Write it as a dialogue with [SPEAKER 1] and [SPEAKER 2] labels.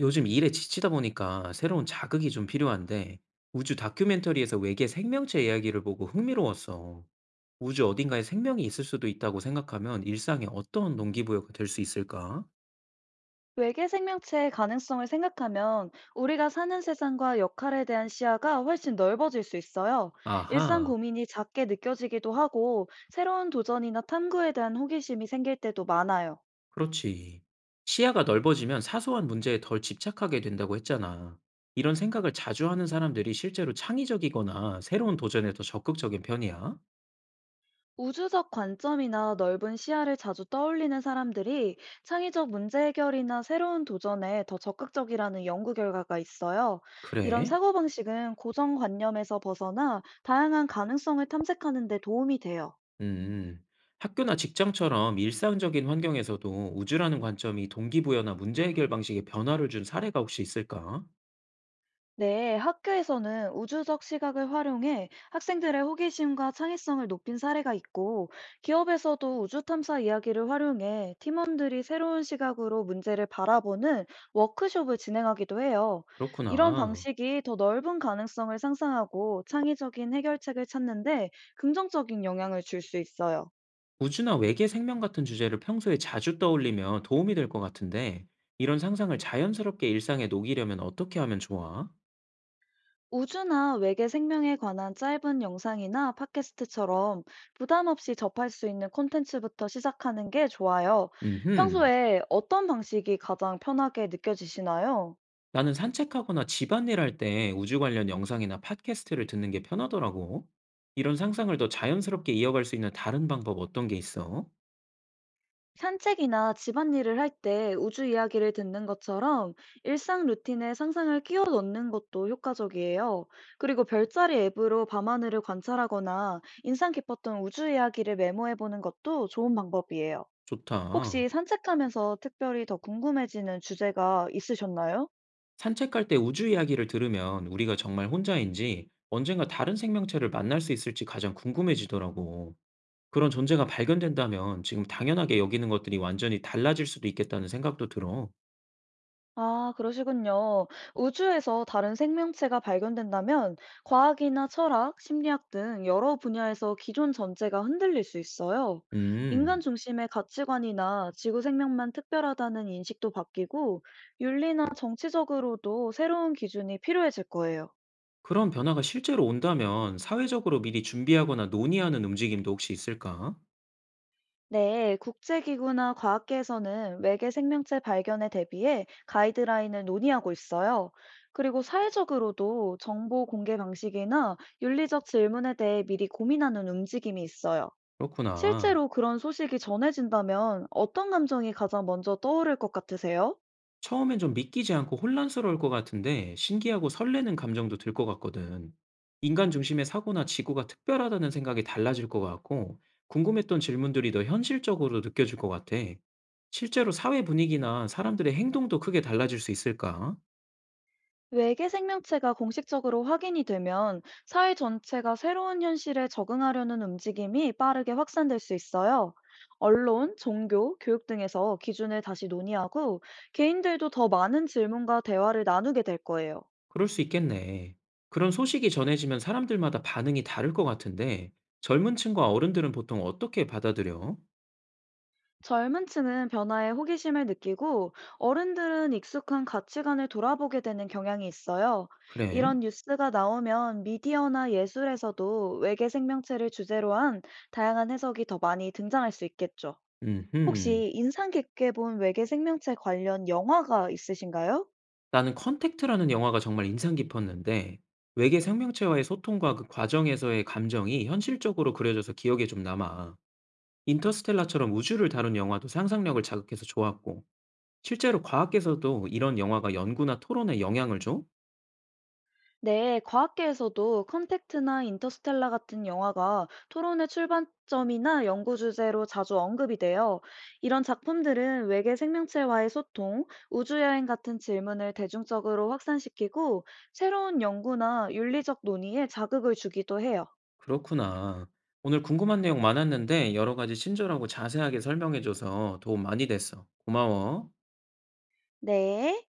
[SPEAKER 1] 요즘 일에 지치다 보니까 새로운 자극이 좀 필요한데 우주 다큐멘터리에서 외계 생명체 이야기를 보고 흥미로웠어. 우주 어딘가에 생명이 있을 수도 있다고 생각하면 일상에 어떤 동기부여가 될 수 있을까?
[SPEAKER 2] 외계 생명체의 가능성을 생각하면 우리가 사는 세상과 역할에 대한 시야가 훨씬 넓어질 수 있어요. 일상
[SPEAKER 1] 아하,
[SPEAKER 2] 고민이 작게 느껴지기도 하고 새로운 도전이나 탐구에 대한 호기심이 생길 때도 많아요.
[SPEAKER 1] 그렇지. 시야가 넓어지면 사소한 문제에 덜 집착하게 된다고 했잖아. 이런 생각을 자주 하는 사람들이 실제로 창의적이거나 새로운 도전에 더 적극적인 편이야?
[SPEAKER 2] 우주적 관점이나 넓은 시야를 자주 떠올리는 사람들이 창의적 문제 해결이나 새로운 도전에 더 적극적이라는 연구 결과가 있어요. 이런
[SPEAKER 1] 그래?
[SPEAKER 2] 사고방식은 고정관념에서 벗어나 다양한 가능성을 탐색하는 데 도움이 돼요.
[SPEAKER 1] 음. 학교나 직장처럼 일상적인 환경에서도 우주라는 관점이 동기부여나 문제 해결 방식에 변화를 준 사례가 혹시 있을까?
[SPEAKER 2] 네, 학교에서는 우주적 시각을 활용해 학생들의 호기심과 창의성을 높인 사례가 있고, 기업에서도 우주 탐사 이야기를 활용해 팀원들이 새로운 시각으로 문제를 바라보는 워크숍을 진행하기도 해요. 이런
[SPEAKER 1] 그렇구나.
[SPEAKER 2] 방식이 더 넓은 가능성을 상상하고 창의적인 해결책을 찾는데 긍정적인 영향을 줄 수 있어요.
[SPEAKER 1] 우주나 외계 생명 같은 주제를 평소에 자주 떠올리면 도움이 될 것 같은데, 이런 상상을 자연스럽게 일상에 녹이려면 어떻게 하면 좋아?
[SPEAKER 2] 우주나 외계 생명에 관한 짧은 영상이나 팟캐스트처럼 부담 없이 접할 수 있는 콘텐츠부터 시작하는 게 좋아요.
[SPEAKER 1] 음흠.
[SPEAKER 2] 평소에 어떤 방식이 가장 편하게 느껴지시나요?
[SPEAKER 1] 나는 산책하거나 집안일 할 때 우주 관련 영상이나 팟캐스트를 듣는 게 편하더라고. 이런 상상을 더 자연스럽게 이어갈 수 있는 다른 방법 어떤 게 있어?
[SPEAKER 2] 산책이나 집안일을 할 때 우주 이야기를 듣는 것처럼 일상 루틴에 상상을 끼워 넣는 것도 효과적이에요. 그리고 별자리 앱으로 밤하늘을 관찰하거나 인상 깊었던 우주 이야기를 메모해 보는 것도 좋은 방법이에요.
[SPEAKER 1] 좋다.
[SPEAKER 2] 혹시 산책하면서 특별히 더 궁금해지는 주제가 있으셨나요?
[SPEAKER 1] 산책할 때 우주 이야기를 들으면 우리가 정말 혼자인지 언젠가 다른 생명체를 만날 수 있을지 가장 궁금해지더라고. 그런 존재가 발견된다면 지금 당연하게 여기는 것들이 완전히 달라질 수도 있겠다는 생각도 들어.
[SPEAKER 2] 아, 그러시군요. 우주에서 다른 생명체가 발견된다면 과학이나 철학, 심리학 등 여러 분야에서 기존 전제가 흔들릴 수 있어요. 인간
[SPEAKER 1] 음,
[SPEAKER 2] 중심의 가치관이나 지구 생명만 특별하다는 인식도 바뀌고 윤리나 정치적으로도 새로운 기준이 필요해질 거예요.
[SPEAKER 1] 그런 변화가 실제로 온다면 사회적으로 미리 준비하거나 논의하는 움직임도 혹시 있을까?
[SPEAKER 2] 네, 국제기구나 과학계에서는 외계 생명체 발견에 대비해 가이드라인을 논의하고 있어요. 그리고 사회적으로도 정보 공개 방식이나 윤리적 질문에 대해 미리 고민하는 움직임이 있어요.
[SPEAKER 1] 그렇구나.
[SPEAKER 2] 실제로 그런 소식이 전해진다면 어떤 감정이 가장 먼저 떠오를 것 같으세요?
[SPEAKER 1] 처음엔 좀 믿기지 않고 혼란스러울 것 같은데 신기하고 설레는 감정도 들 것 같거든. 인간 중심의 사고나 지구가 특별하다는 생각이 달라질 것 같고 궁금했던 질문들이 더 현실적으로 느껴질 것 같아. 실제로 사회 분위기나 사람들의 행동도 크게 달라질 수 있을까?
[SPEAKER 2] 외계 생명체가 공식적으로 확인이 되면 사회 전체가 새로운 현실에 적응하려는 움직임이 빠르게 확산될 수 있어요. 언론, 종교, 교육 등에서 기준을 다시 논의하고 개인들도 더 많은 질문과 대화를 나누게 될 거예요.
[SPEAKER 1] 그럴 수 있겠네. 그런 소식이 전해지면 사람들마다 반응이 다를 것 같은데 젊은 층과 어른들은 보통 어떻게 받아들여?
[SPEAKER 2] 젊은 층은 변화에 호기심을 느끼고 어른들은 익숙한 가치관을 돌아보게 되는 경향이 있어요.
[SPEAKER 1] 그래?
[SPEAKER 2] 이런 뉴스가 나오면 미디어나 예술에서도 외계 생명체를 주제로 한 다양한 해석이 더 많이 등장할 수 있겠죠.
[SPEAKER 1] 음흠.
[SPEAKER 2] 혹시 인상 깊게 본 외계 생명체 관련 영화가 있으신가요?
[SPEAKER 1] 나는 컨택트라는 영화가 정말 인상 깊었는데 외계 생명체와의 소통과 그 과정에서의 감정이 현실적으로 그려져서 기억에 좀 남아. 인터스텔라처럼 우주를 다룬 영화도 상상력을 자극해서 좋았고 실제로 과학계에서도 이런 영화가 연구나 토론에 영향을 줘?
[SPEAKER 2] 네, 과학계에서도 컨택트나 인터스텔라 같은 영화가 토론의 출발점이나 연구 주제로 자주 언급이 돼요. 이런 작품들은 외계 생명체와의 소통, 우주여행 같은 질문을 대중적으로 확산시키고 새로운 연구나 윤리적 논의에 자극을 주기도 해요.
[SPEAKER 1] 그렇구나. 오늘 궁금한 내용 많았는데 여러 가지 친절하고 자세하게 설명해줘서 도움 많이 됐어. 고마워.
[SPEAKER 2] 네.